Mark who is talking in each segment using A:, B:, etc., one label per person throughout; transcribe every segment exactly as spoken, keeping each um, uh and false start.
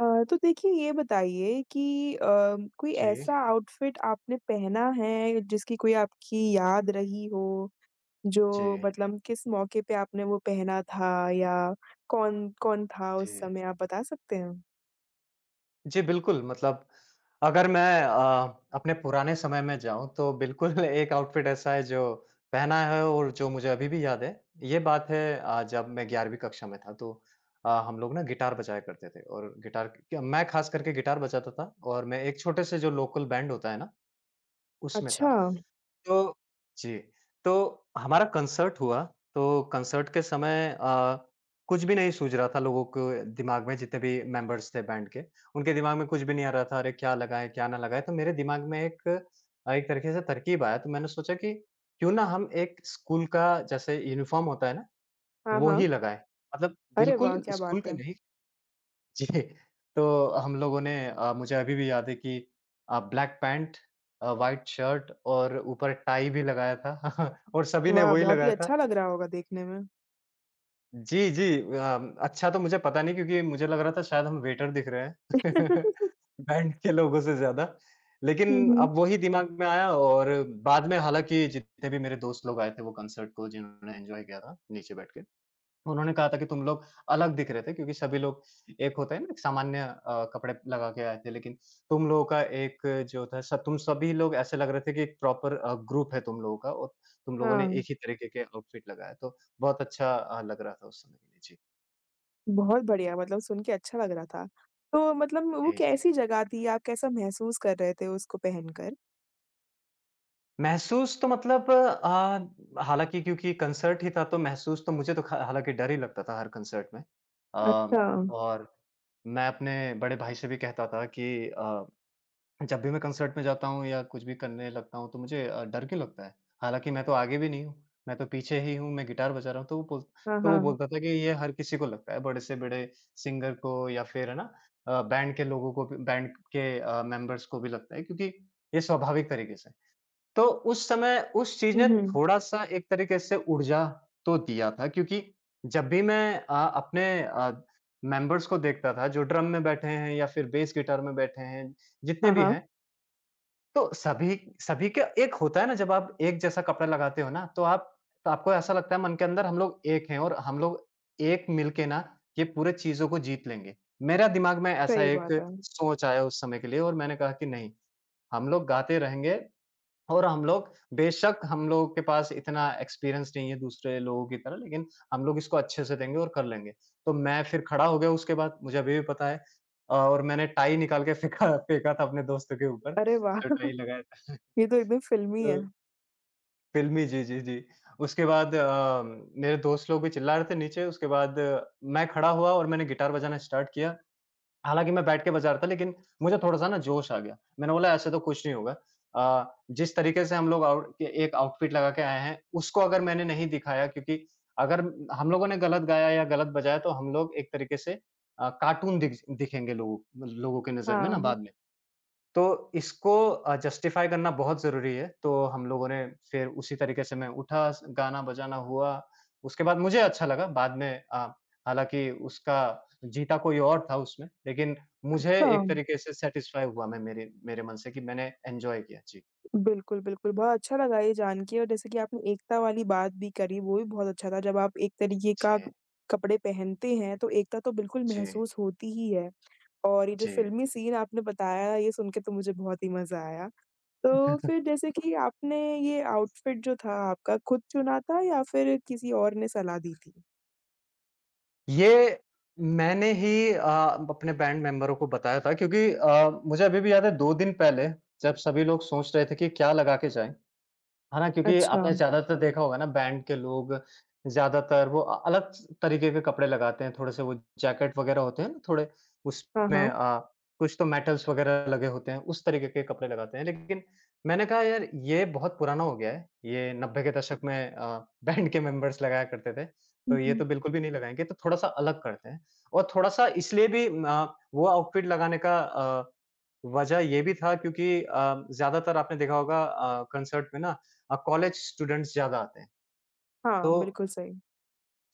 A: अ, तो देखिए ये बताइए कि अ, कोई
B: जी,
A: ऐसा आउटफिट आपने पहना है जिसकी कोई आपकी याद रही हो जो
B: जी,
A: मतलब किस मौके पे आपने वो पहना था या कौन कौन था उस
B: जी।
A: समय आप बता सकते हैं?
B: जी, बिल्कुल मतलब अगर मैं अ, अपने पुराने समय में जाऊँ तो बिल्कुल एक आउटफिट ऐसा है जो पहना है और जो मुझे अभी भी याद है। ये बात है अ, जब मैं ग्यारहवीं कक्षा में था तो अ, हम लोग ना गिटार बजाया करते थे और गिटार क मैं ख़ास करके गिटार बजाता था और मैं एक छोटे से जो लोकल बैंड होता है ना, उसमें था।
A: अच्छा,
B: तो जी, तो हमारा कंसर्ट हुआ, तो कंसर्ट के समय अ, कुछ भी नहीं सूझ रहा था लोगों को दिमाग में जितने भी मेंबर्स थे बैंड के, उनके दिमाग में कुछ भी नहीं आ रहा था, अरे क्या लगाएँ, क्या ना लगाएँ? तो मेरे दिमाग में एक अ, एक तरीके से तरकीब आया, तो मैंने सोचा कि क्यों ना हम एक स्कूल का जैसे यूनिफ़ॉर्म होता है ना,
A: हाँ,
B: वो
A: हाँ।
B: ही लगाएँ। मतलब
A: अरे वाह!
B: बिल्कुल
A: क्या
B: स्कूल
A: बात
B: का
A: है।
B: नहीं जी, तो हम लोगों ने अ, मुझे अभी भी याद है कि अ, ब्लैक पैंट, अ, व्हाइट शर्ट और ऊपर टाई भी लगाया था और सभी ने
A: वाह!
B: वही
A: बहुत ही
B: लगाया था।
A: अच्छा लग रहा होगा देखने में।
B: जी, जी, अ, अच्छा तो मुझे पता नहीं क्योंकि मुझे लग रहा था शायद हम वेटर दिख रहे हैं बैंड के लोगों से ज़्यादा।
A: हुँ,
B: लेकिन
A: हुँ।
B: अब वही दिमाग में आया और बाद में हालाँकि जितने भी मेरे दोस्त लोग आए थे वो कंसर्ट को जिन्होंने एन्जॉय किया था, नीचे बैठ के। उन्होंने कहा था कि तुम लोग अलग दिख रहे थे क्योंकि सभी लोग एक होते हैं ना, एक सामान्य अ, कपड़े लगा के आए थे। लेकिन तुम लोगों का एक जो था स तुम सभी लोग ऐसे लग रहे थे कि एक प्रॉपर अ, ग्रुप है तुम लोगों का और तुम लोगों ने
A: हाँ,
B: एक ही तरीके के आउटफिट लगाया। तो बहुत अच्छा अ, लग रहा था उस समय के लिए। जी।
A: बहुत बढ़िया मतलब सुन के अच्छा लग रहा था। तो मतलब वो
B: जी, जी।
A: कैसी जगह थी? आप कैसा महसूस कर रहे थे उसको पहनकर?
B: महसूस तो मतलब अ, हालाँकि क्योंकि कंसर्ट ही था तो महसूस तो मुझे तो ख हालाँकि डर ही लगता था हर कंसर्ट में। अ,
A: अच्छा।
B: और मैं अपने बड़े भाई से भी कहता था कि अ जब भी मैं कंसर्ट में जाता हूँ या कुछ भी करने लगता हूँ, तो मुझे अ, डर क्यों लगता है? हालाँकि मैं तो आगे भी नहीं हूँ, मैं तो पीछे ही हूँ, मैं गिटार बजा रहा हूँ। तो वो बोल
A: हाँ,
B: तो वो
A: हाँ।
B: बोलता था कि ये हर किसी को लगता है, बड़े से बड़े सिंगर को या फिर है ना, अ, बैंड के लोगों को भी बैंड के अ, मेंबर्स को भी लगता है क्योंकि ये स्वाभाविक तरीके से। तो उस समय उस चीज़
A: हुँ,
B: ने
A: हुँ।
B: थोड़ा-सा एक तरीके से ऊर्जा तो दिया था क्योंकि जब भी मैं अ, अपने अ, मेंबर्स को देखता था जो ड्रम में बैठे हैं या फिर बेस गिटार में बैठे हैं, जितने
A: हाँ,
B: भी
A: हाँ,
B: हैं, तो सभी, सभी के एक होता है ना, जब आप एक जैसा कपड़ा लगाते हो ना तो आप तो आपको ऐसा लगता है मन के अंदर हम लोग एक हैं और हम लोग एक मिलके ना ये पूरे चीज़ों को जीत लेंगे। मेरा दिमाग में ऐसा
A: सही
B: एक
A: बात है।
B: सोच आया उस समय के लिए और मैंने कहा कि नहीं, हम लोग गाते रहेंगे और हम लोग बेशक हम लोगों के पास इतना एक्सपीरियंस नहीं है दूसरे लोगों की तरह लेकिन हम लोग इसको अच्छे से देंगे और कर लेंगे। तो मैं फिर खड़ा हो गया, उसके बाद मुझे अभी भी पता है अ, और मैंने टाई निकाल के फेंका फेंका था अपने दोस्तों के ऊपर
A: अरे
B: जो
A: वाह!
B: टाई लगाया था।
A: ये तो एकदम फ़िल्मी है।
B: तो फ़िल्मी जी, जी, जी। उसके बाद अ, मेरे दोस्त लोग भी चिल्ला रहे थे नीचे, उसके बाद अ, मैं खड़ा हुआ और मैंने गिटार बजाना स्टार्ट किया। हालाँकि मैं बैठ के बजा रहा था लेकिन मुझे थोड़ा-सा ना जोश आ गया। मैंने बोला ऐसे तो कुछ नहीं होगा। अ, जिस तरीके से हम लोग आउट के एक आउटफिट लगा के आए हैं, उसको अगर मैंने नहीं दिखाया क्योंकि अगर हम लोगों ने गलत गाया या गलत बजाया तो हम लोग एक तरीके से अ, कार्टून दिख दिखेंगे लोगों लोगों की नज़र में ना
A: हाँ,
B: बाद में। तो इसको अ, जस्टिफ़ाई करना बहुत ज़रूरी है, तो हम लोगों ने फिर उसी तरीके से मैं उठा, स गाना-बजाना हुआ, उसके बाद मुझे अच्छा लगा, बाद में अ, हालाँकि उसका जीता कोई और था उसमें, लेकिन मुझे
A: अच्छा।
B: एक तरीके से सैटिस्फ़ाई हुआ मैं मेरे मेरे मन से कि मैंने एन्जॉय किया। जी।
A: बिल्कुल, बिल्कुल, बहुत अच्छा लगा ये जान के और जैसे कि आपने एकता वाली बात भी करी, वो भी बहुत अच्छा था। जब आप एक तरीके
B: जी,
A: का कपड़े पहनते हैं, तो एकता तो बिल्कुल
B: जी,
A: महसूस होती ही है। और ये जो
B: जी।
A: फ़िल्मी सीन आपने बताया, ये सुन के तो मुझे बहुत ही मज़ा आया। तो फिर जैसे कि आपने ये आउटफ़िट जो था आपका, खुद चुना था या फिर किसी और ने सलाह दी थी?
B: ये मैंने ही अ, अपने बैंड मेंबरों को बताया था क्योंकि अ, मुझे अभी भी याद है दो दिन पहले जब सभी लोग सोच रहे थे कि क्या लगा के जाएँ, है ना? क्योंकि
A: अच्छा।
B: आपने ज़्यादातर देखा होगा ना बैंड के लोग ज़्यादातर वो अ, अलग स तरीके के कपड़े लगाते हैं, थोड़े से वो जैकेट वग़ैरह होते हैं ना, थोड़े
A: हाँ,
B: उसमें
A: हाँ।
B: अ, कुछ तो मेटल्स वग़ैरह लगे होते हैं, उस तरीके के कपड़े लगाते हैं। लेकिन मैंने कहा यार ये बहुत पुराना हो गया है, ये नब्बे के दशक में अ, बैंड के मेंबर्स लगाया करते थे,
A: हुँ,
B: तो ये
A: हुँ।
B: तो बिल्कुल भी नहीं लगाएँगे, तो थोड़ा-सा अलग करते हैं। और थोड़ा-सा इसलिए भी अ, वो आउटफिट लगाने का अ, वजह ये भी था क्योंकि अ, ज़्यादातर आपने देखा होगा अ, कंसर्ट में ना, अ, कॉलेज स्टूडेंट्स ज़्यादा आते हैं।
A: हाँ,
B: तो
A: बिल्कुल सही।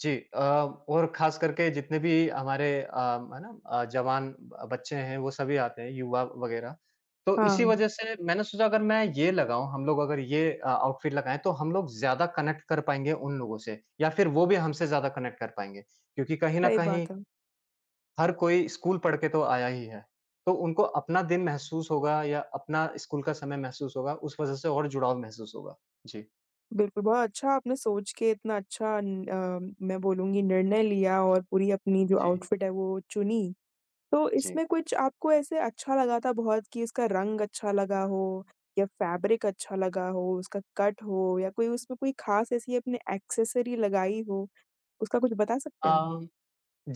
B: जी, अ, और ख़ास करके जितने भी हमारे अ, है ना, अ, जवान ब बच्चे हैं, वो सभी आते हैं, युवा वग़ैरह। तो इसी
A: हाँ।
B: वजह से मैंने सोचा अगर मैं ये लगाऊँ, हम लोग अगर ये अ, आउटफिट लगाएँ, तो हम लोग ज़्यादा कनेक्ट कर पाएँगे उन लोगों से या फिर वो भी हमसे ज़्यादा कनेक्ट कर पाएँगे। क्योंकि कहीं न
A: सही
B: कहीं
A: बात है।
B: हर कोई स्कूल पढ़ के तो आया ही है। तो उनको अपना दिन महसूस होगा या अपना स्कूल का समय महसूस होगा, उस वजह से और जुड़ाव महसूस होगा। जी।
A: बिल्कुल, बहुत अच्छा आपने सोच के इतना अच्छा न अ, मैं बोलूँगी निर्णय लिया और पूरी अपनी जो
B: जी,
A: आउटफिट है वो चुनी। तो
B: जी।
A: इसमें कुछ आपको ऐसे अच्छा लगा था बहुत कि इसका रंग अच्छा लगा हो या फैब्रिक अच्छा लगा हो, उसका कट हो या कोई उसमें कोई ख़ास ऐसी आपने एक्सेसरी लगाई हो, उसका कुछ बता सकते
B: अ
A: हैं?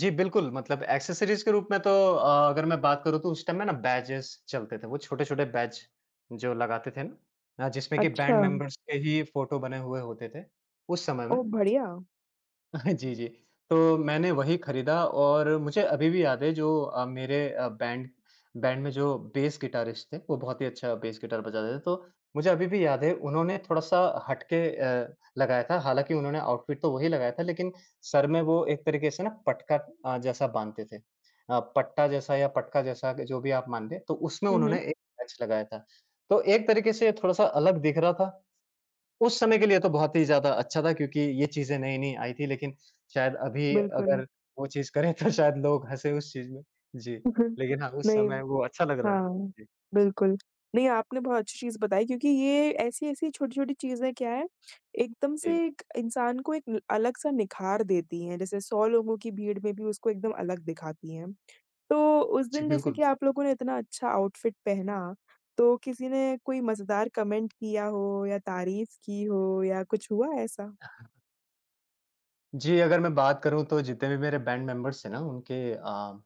B: जी, बिल्कुल, मतलब एक्सेसरीज़ के रूप में तो अ, अगर मैं बात करूँ तो उस टाइम में ना बैजेज़ चलते थे, वो छोटे-छोटे बैज जो लगाते थे ना, अ, जिसमें कि
A: अच्छा,
B: बैंड मेंबर्स के ही फ़ोटो बने हुए होते थे, उस समय में।
A: ओह बढ़िया।
B: हाँ, जी, जी। तो मैंने वही खरीदा और मुझे अभी भी याद है जो अ, मेरे अ, बैंड बैंड में जो बेस गिटारिस्ट थे, वो बहुत ही अच्छा बेस गिटार बजाते थे। तो मुझे अभी भी याद है उन्होंने थोड़ा-सा हट के अ, लगाया था। हालाँकि उन्होंने आउटफिट तो वही लगाया था लेकिन सर में वो एक तरीके से ना पटका अ, जैसा बाँधते थे। अ, पट्टा जैसा या पटका जैसा जो भी आप मान लें, तो उसमें
A: हुँ, हुँ,
B: उन्होंने एक पैच लगाया था। तो एक तरीके से थोड़ा-सा अलग दिख रहा था उस समय के लिए तो बहुत ही ज़्यादा अच्छा था क्योंकि ये चीज़ें नई-नई आई थी लेकिन शायद अभी
A: बिल्कुल।
B: अगर वो चीज़ करें तो शायद लोग हँसे उस चीज़ में। जी, लेकिन हाँ, उस
A: नहीं
B: समय वो अच्छा लग रहा था।
A: हाँ,
B: जी,
A: बिल्कुल। नहीं, आपने बहुत अच्छी चीज़ बताई क्योंकि ये ऐसी-ऐसी छोटी-छोटी चीज़ें क्या है, एकदम से
B: जी,
A: एक इंसान को एक अलग-सा निखार देती हैं। जैसे सौ लोगों की भीड़ में भी उसको एकदम अलग दिखाती हैं। तो उस
B: जी,
A: दिन जैसे
B: बिल्कुल।
A: कि आप लोगों ने इतना अच्छा आउटफिट पहना, तो किसी ने कोई मज़ेदार कमेंट किया हो या तारीफ़ की हो या कुछ हुआ ऐसा?
B: जी, अगर मैं बात करूँ तो जितने भी मेरे बैंड मेंबर्स थे ना उनके अ,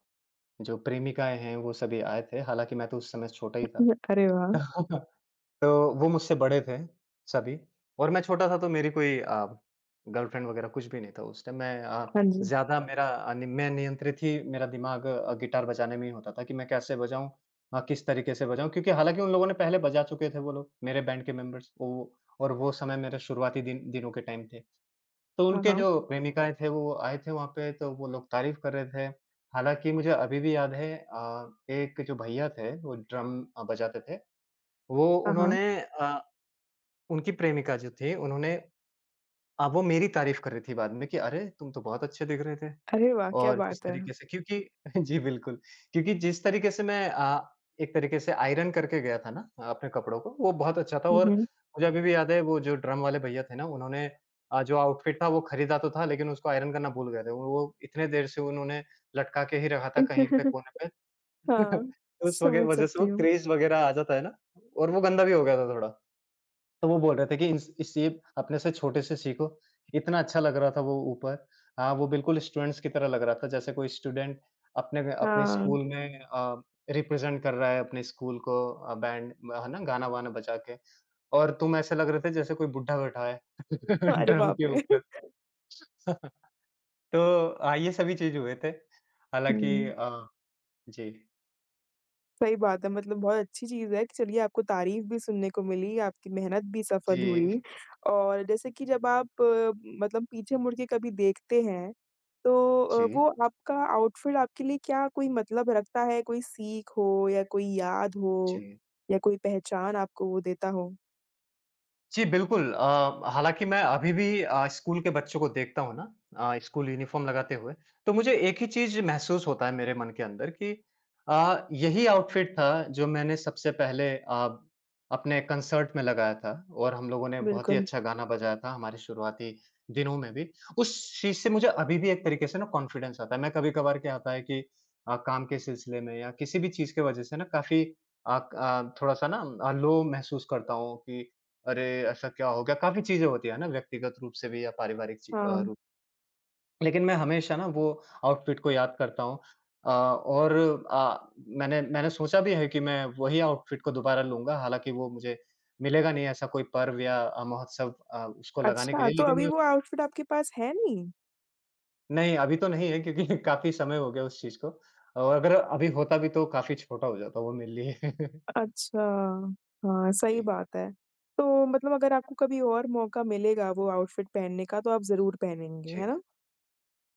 B: जो प्रेमिकाएँ हैं वो सभी आए थे, हालाँकि मैं तो उस समय छोटा ही था।
A: अरे वाह!
B: तो वो मुझसे बड़े थे, सभी, और मैं छोटा था तो मेरी कोई अ, गर्लफ्रेंड वगैरह कुछ भी नहीं था उस टाइम। मैं अ,
A: हाँ जी।
B: ज़्यादा मेरा अनि मैं नियंत्रित ही मेरा दिमाग अ, गिटार बजाने में ही होता था कि मैं कैसे बजाऊँ, अ, किस तरीके से बजाऊँ क्योंकि हालाँकि उन लोगों ने पहले बजा चुके थे वो लोग, मेरे बैंड के मेंबर्स वो, और वो समय मेरे शुरुआती दिन दिनों के टाइम थे। तो
A: हाँ,
B: उनके
A: हाँ।
B: जो प्रेमिकाएँ थे वो आए थे वहाँ पे तो वो लोग तारीफ़ कर रहे थे। हालाँकि मुझे अभी भी याद है अ, एक जो भैया थे वो ड्रम अ, बजाते थे, वो
A: हाँ, हाँ।
B: उन्होंने अ उनकी प्रेमिका जो थी, उन्होंने अ, वो मेरी तारीफ़ कर रही थी बाद में कि अरे! तुम तो बहुत अच्छे दिख रहे थे
A: अरे वाह! क्या
B: और जिस
A: बात है।
B: तरीके से क्योंकि जी, बिल्कुल। क्योंकि जिस तरीके से मैं अ, एक तरीके से आयरन करके गया था ना आ, अपने कपड़ों को, वो बहुत अच्छा था
A: हुँ,
B: और
A: हुँ।
B: मुझे अभी भी याद है वो जो ड्रम वाले भैया थे ना, उन्होंने अ, जो आउटफिट था वो खरीदा तो था लेकिन उसको आयरन करना भूल गए थे। वो वो इतने देर से उन्होंने लटका के ही रखा था कहीं पे कोने पे।
A: हाँ,
B: उस वगे
A: समझ
B: वजह से वो
A: सकती हूँ।
B: क्रेज़ वग़ैरह आ जाता है ना और वो गंदा भी हो गया था थोड़ा। तो वो बोल रहे थे कि इन इससे अपने से छोटे से सीखो। इतना अच्छा लग रहा था वो ऊपर। हाँ, वो बिल्कुल स्टूडेंट्स की तरह लग रहा था जैसे कोई स्टूडेंट अपने अपने
A: हाँ।
B: स्कूल में अ, रिप्रेज़ेंट कर रहा है अपने स्कूल को अ, बैंड है ना, गाना-वाना बजा के। और तुम ऐसे लग रहे थे जैसे कोई बुड्ढा बैठा है
A: अरे
B: ड्रम
A: बाप
B: के
A: रे!
B: ऊपर। तो अ, ये सभी चीज़ हुए थे। हालाँकि
A: हुँ।
B: अ, जी।
A: सही बात है, मतलब बहुत अच्छी चीज़ है कि चलिए आपको तारीफ़ भी सुनने को मिली, आपकी मेहनत भी सफल
B: जी,
A: हुई और जैसे कि जब आप अ, मतलब पीछे मुड़ के कभी देखते हैं, तो अ,
B: जी,
A: वो आपका आउटफिट आपके लिए क्या कोई मतलब रखता है? कोई सीख हो या कोई याद हो
B: जी।
A: या कोई पहचान आपको वो देता हो?
B: जी, बिल्कुल। अ, हालाँकि मैं अभी भी अ, स्कूल के बच्चों को देखता हूँ ना अ, स्कूल यूनिफ़ॉर्म लगाते हुए, तो मुझे एक ही चीज़ महसूस होता है मेरे मन के अंदर कि अ, यही आउटफ़िट था जो मैंने सबसे पहले अ, अपने कंसर्ट में लगाया था और हम लोगों ने बहुत ही
A: बिल्कुल,
B: अच्छा गाना बजाया था हमारे शुरुआती दिनों में भी। उस चीज़ से मुझे अभी भी एक तरीके से ना कॉन्फिडेंस आता है। मैं कभी-कभार क्या होता है कि अ, काम के सिलसिले में या किसी भी चीज़ की वज़ह से ना काफ़ी अ, क अ, थोड़ा-सा ना अ, लो महसूस करता हूँ कि अरे! ऐसा क्या हो गया? काफ़ी चीज़ें होती है ना व्यक्तिगत रूप से भी या पारिवारिक ची अ,
A: हाँ।
B: रूप लेकिन मैं हमेशा ना वो आउटफिट को याद करता हूँ। अ, और अ, मैंने मैंने सोचा भी है कि मैं वही आउटफिट को दोबारा लूँगा, हालाँकि वो मुझे मिलेगा नहीं ऐसा कोई पर्व या अ, महोत्सव अ, उसको लगाने के
A: अच्छा,
B: लिए
A: तो
B: लेकिन
A: अभी
B: मैं
A: वो आउटफिट आपके पास है नहीं?
B: नहीं, अभी तो नहीं है क्योंकि काफ़ी समय हो गया उस चीज़ को और अगर अभी होता भी तो काफ़ी छोटा हो जाता वो मेरे लिए।
A: अच्छा, हाँ, सही
B: जी,
A: बात है। तो मतलब अगर आपको कभी और मौका मिलेगा वो आउटफिट पहनने का तो आप ज़रूर पहनेंगे, है
B: जी।
A: ना?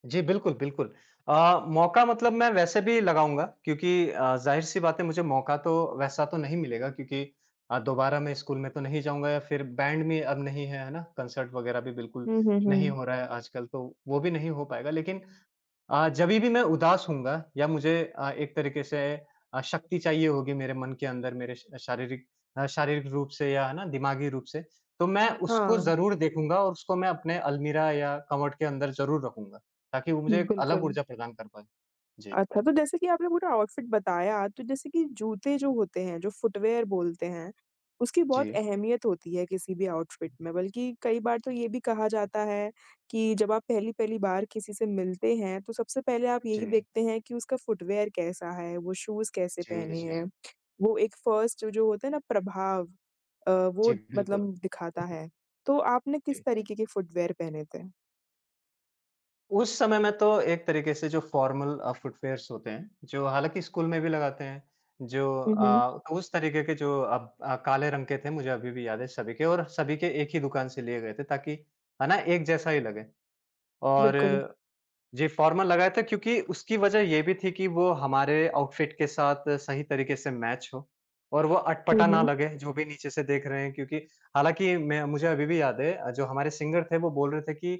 B: जी, बिल्कुल, बिल्कुल। अ, मौका मतलब मैं वैसे भी लगाऊँगा क्योंकि अ, ज़ाहिर-सी बात है मुझे मौका तो वैसा तो नहीं मिलेगा क्योंकि अ, दोबारा मैं स्कूल में तो नहीं जाऊँगा या फिर बैंड में अब नहीं है, है ना? कंसर्ट वगैरह भी बिल्कुल
A: हुँ, हुँ,
B: नहीं
A: हुँ।
B: हो रहा है आजकल तो वो भी नहीं हो पाएगा। लेकिन अ, जभी भी मैं उदास होऊँगा या मुझे अ, एक तरीके से अ, शक्ति चाहिए होगी मेरे मन के अंदर मेरे श शारीरिक अ, शारीरिक रूप से या है ना दिमागी रूप से, तो मैं उसको
A: हाँ,
B: ज़रूर देखूँगा और उसको मैं अपने अलमीरा या कबर्ड के अंदर ज़रूर रखूँगा, ताकि वो मुझे एक अलग
A: बिल्कुल।
B: ऊर्जा प्रदान कर पाए। जी।
A: अच्छा, तो जैसे कि आपने पूरा आउटफिट बताया, तो जैसे कि जूते जो होते हैं, जो फुटवियर बोलते हैं, उसकी बहुत
B: जी।
A: अहमियत होती है किसी भी आउटफिट में। बल्कि कई बार तो ये भी कहा जाता है कि जब आप पहली-पहली बार किसी से मिलते हैं, तो सबसे पहले आप
B: जी।
A: यही देखते हैं कि उसका फुटवियर कैसा है, वो शूज़ कैसे
B: जी,
A: पहने
B: जी।
A: हैं। वो एक फर्स्ट जो होता है ना प्रभाव अ, वो
B: जी, बिल्कुल।
A: मतलब दिखाता है। तो आपने किस
B: जी।
A: तरीके के फुटवियर पहने थे?
B: उस समय में तो एक तरीके से जो फॉर्मल अ, फुटवियर्स होते हैं, जो हालाँकि स्कूल में भी लगाते हैं, जो
A: हुँ, हुँ।
B: अ, तो उस तरीके के जो अब अ, काले रंग के थे, मुझे अभी भी याद है सभी के और सभी के एक ही दुकान से लिए गए थे ताकि है ना, एक जैसा ही लगे और
A: बिल्कुल।
B: जी, फॉर्मल लगाया था क्योंकि उसकी वजह ये भी थी कि वो हमारे आउटफिट के साथ सही तरीके से मैच हो और वो
A: हुँ,
B: अटपटा ना
A: हुँ।
B: लगे, जो भी नीचे से देख रहे हैं क्योंकि हालाँकि मैं मुझे अभी भी याद है अ, जो हमारे सिंगर थे वो बोल रहे थे कि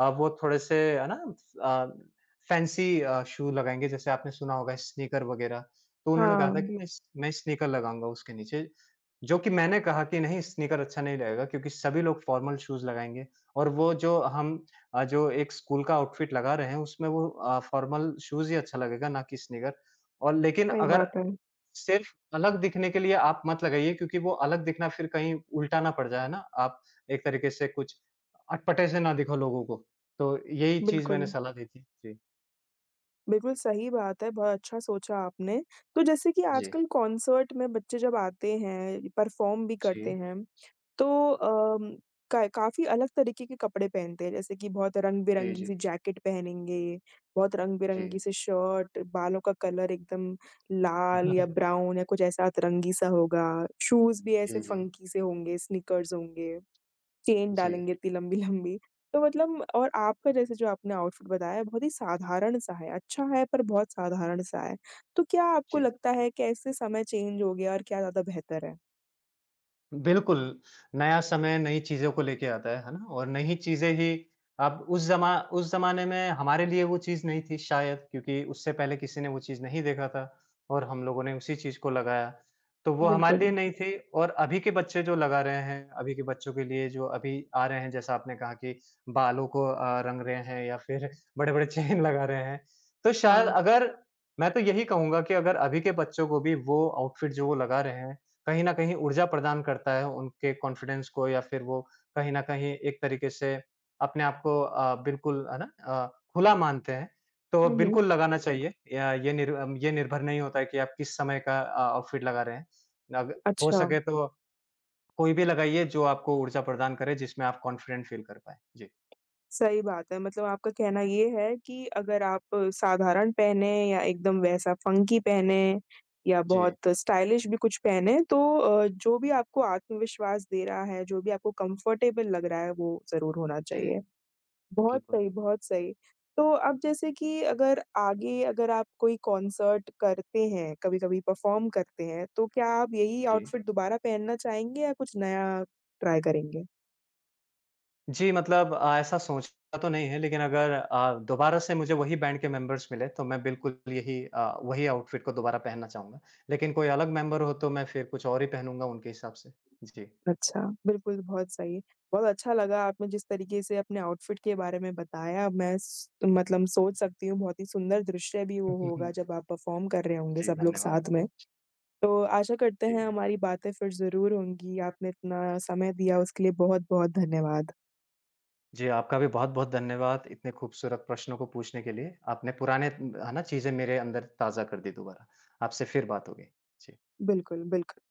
B: अ, वो थोड़े से है ना अ, फैंसी अ, शू लगाएँगे जैसे आपने सुना होगा स्नीकर वग़ैरह, तो उन्होंने कहा था
A: हाँ,
B: कि मैं स मैं स्नीकर लगाऊँगा उसके नीचे, जो कि मैंने कहा कि नहीं स्नीकर अच्छा नहीं लगेगा क्योंकि सभी लोग फॉर्मल शूज़ लगाएँगे और वो जो हम अ, जो एक स्कूल का आउटफिट लगा रहे हैं, उसमें वो अ, फॉर्मल शूज़ ही अच्छा लगेगा, ना कि स्नीकर और लेकिन
A: सही
B: अगर
A: बात है।
B: सिर्फ़ अलग दिखने के लिए आप मत लगाइए क्योंकि वो अलग दिखना फिर कहीं उल्टा ना पड़ जाए ना, आप एक तरीके से कुछ अटपटे से ना दिखो लोगों को। तो यही चीज़ मैंने
A: बिल्कुल,
B: सलाह दी थी। जी,
A: बिल्कुल सही बात है, बहुत अच्छा सोचा आपने। तो जैसे कि
B: जी,
A: आजकल कॉन्सर्ट में बच्चे जब आते हैं, परफ़ॉर्म भी करते
B: जी,
A: हैं, तो अम, का काफ़ी अलग तरीके के कपड़े पहनते हैं, जैसे कि बहुत
B: जी,
A: रंग-बिरंगी
B: जी,
A: सी जैकेट पहनेंगे, बहुत
B: जी।
A: रंग-बिरंगी सी शर्ट, बालों का कलर एकदम लाल या ब्राउन या कुछ ऐसा अतरंगी सा होगा, शूज़ भी ऐसे
B: जी, जी,
A: फ़ंकी से होंगे, स्नीकर्स होंगे। चेन
B: जी,
A: डालेंगे इतनी लंबी-लंबी। तो मतलब और आपका जैसे जो आपने आउटफिट बताया बहुत ही साधारण-सा है, अच्छा है पर बहुत साधारण-सा है। तो क्या आपको
B: जी।
A: लगता है कैसे समय चेंज हो गया और क्या ज़्यादा बेहतर है?
B: बिल्कुल, नया समय नई चीज़ों को लेके आता है, है ना? और नई चीज़ें ही अब उस ज़मा उस ज़माने में हमारे लिए वो चीज़ नहीं थी शायद क्योंकि उससे पहले किसी ने वो चीज़ नहीं देखा था और हम लोगों ने उसी चीज़ को लगाया। तो वो हमारे लिए
A: बिल्कुल,
B: नहीं थी और अभी के बच्चे जो लगा रहे हैं, अभी के बच्चों के लिए जो अभी आ रहे हैं जैसा आपने कहा कि बालों को अ, रंग रहे हैं या फिर बड़े-बड़े चेन लगा रहे हैं। तो शायद
A: हाँ।
B: अगर मैं तो यही कहूँगा कि अगर अभी के बच्चों को भी वो आउटफिट जो वो लगा रहे हैं कहीं न कहीं ऊर्जा प्रदान करता है उनके कॉन्फिडेंस को या फिर वो कहीं न कहीं एक तरीके से अपने आप को अ, बिल्कुल है ना अ, खुला मानते हैं। तो
A: हुँ, हुँ।
B: बिल्कुल लगाना चाहिए। या ये निर अम, ये निर्भर नहीं होता है कि आप किस समय का अ, आउटफिट लगा रहे हैं। अग हो
A: अच्छा,
B: सके तो कोई भी लगाइए जो आपको ऊर्जा प्रदान करे जिसमें आप कॉन्फिडेंट फ़ील कर पाएँ। जी।
A: सही बात है मतलब आपका कहना ये है कि अगर आप साधारण पहने या एकदम वैसा फंकी पहने या
B: जी,
A: बहुत स्टाइलिश भी कुछ पहने तो अ, जो भी आपको आत्मविश्वास दे रहा है, जो भी आपको कंफर्टेबल लग रहा है वो ज़रूर होना
B: जी।
A: चाहिए। बहुत
B: बिल्कुल,
A: सही, बहुत सही। तो अब जैसे कि अगर आगे अगर आप कोई कॉन्सर्ट करते हैं, कभी-कभी परफ़ॉर्म करते हैं, तो क्या आप यही
B: जी।
A: आउटफिट दोबारा पहनना चाहेंगे या कुछ नया ट्राई करेंगे?
B: जी, मतलब अ, ऐसा सोचा तो नहीं है लेकिन अगर अ, दोबारा से मुझे वही बैंड के मेंबर्स मिले तो मैं बिल्कुल यही अ, वही आउटफिट को दोबारा पहनना चाहूँगा। लेकिन कोई अलग मेंबर हो तो मैं फिर कुछ और ही पहनूँगा उनके हिसाब से। जी।
A: अच्छा, बिल्कुल, बहुत सही। बहुत अच्छा लगा आपने जिस तरीके से अपने आउटफिट के बारे में बताया, मैं स मतलब सोच सकती हूँ बहुत ही सुंदर दृश्य भी वो होगा जब आप परफ़ॉर्म कर रहे होंगे
B: जी,
A: सब लोग
B: धन्यवाद।
A: साथ में। तो आशा करते
B: जी।
A: हैं हमारी बातें फिर ज़रूर होंगी। आपने इतना समय दिया उसके लिए बहुत-बहुत धन्यवाद।
B: जी, आपका भी बहुत-बहुत धन्यवाद इतने खूबसूरत प्रश्नों को पूछने के लिए। आपने पुराने है ना चीज़ें मेरे अंदर ताज़ा कर दी दोबारा। आपसे फिर बात होगी। जी।
A: बिल्कुल, बिल्कुल।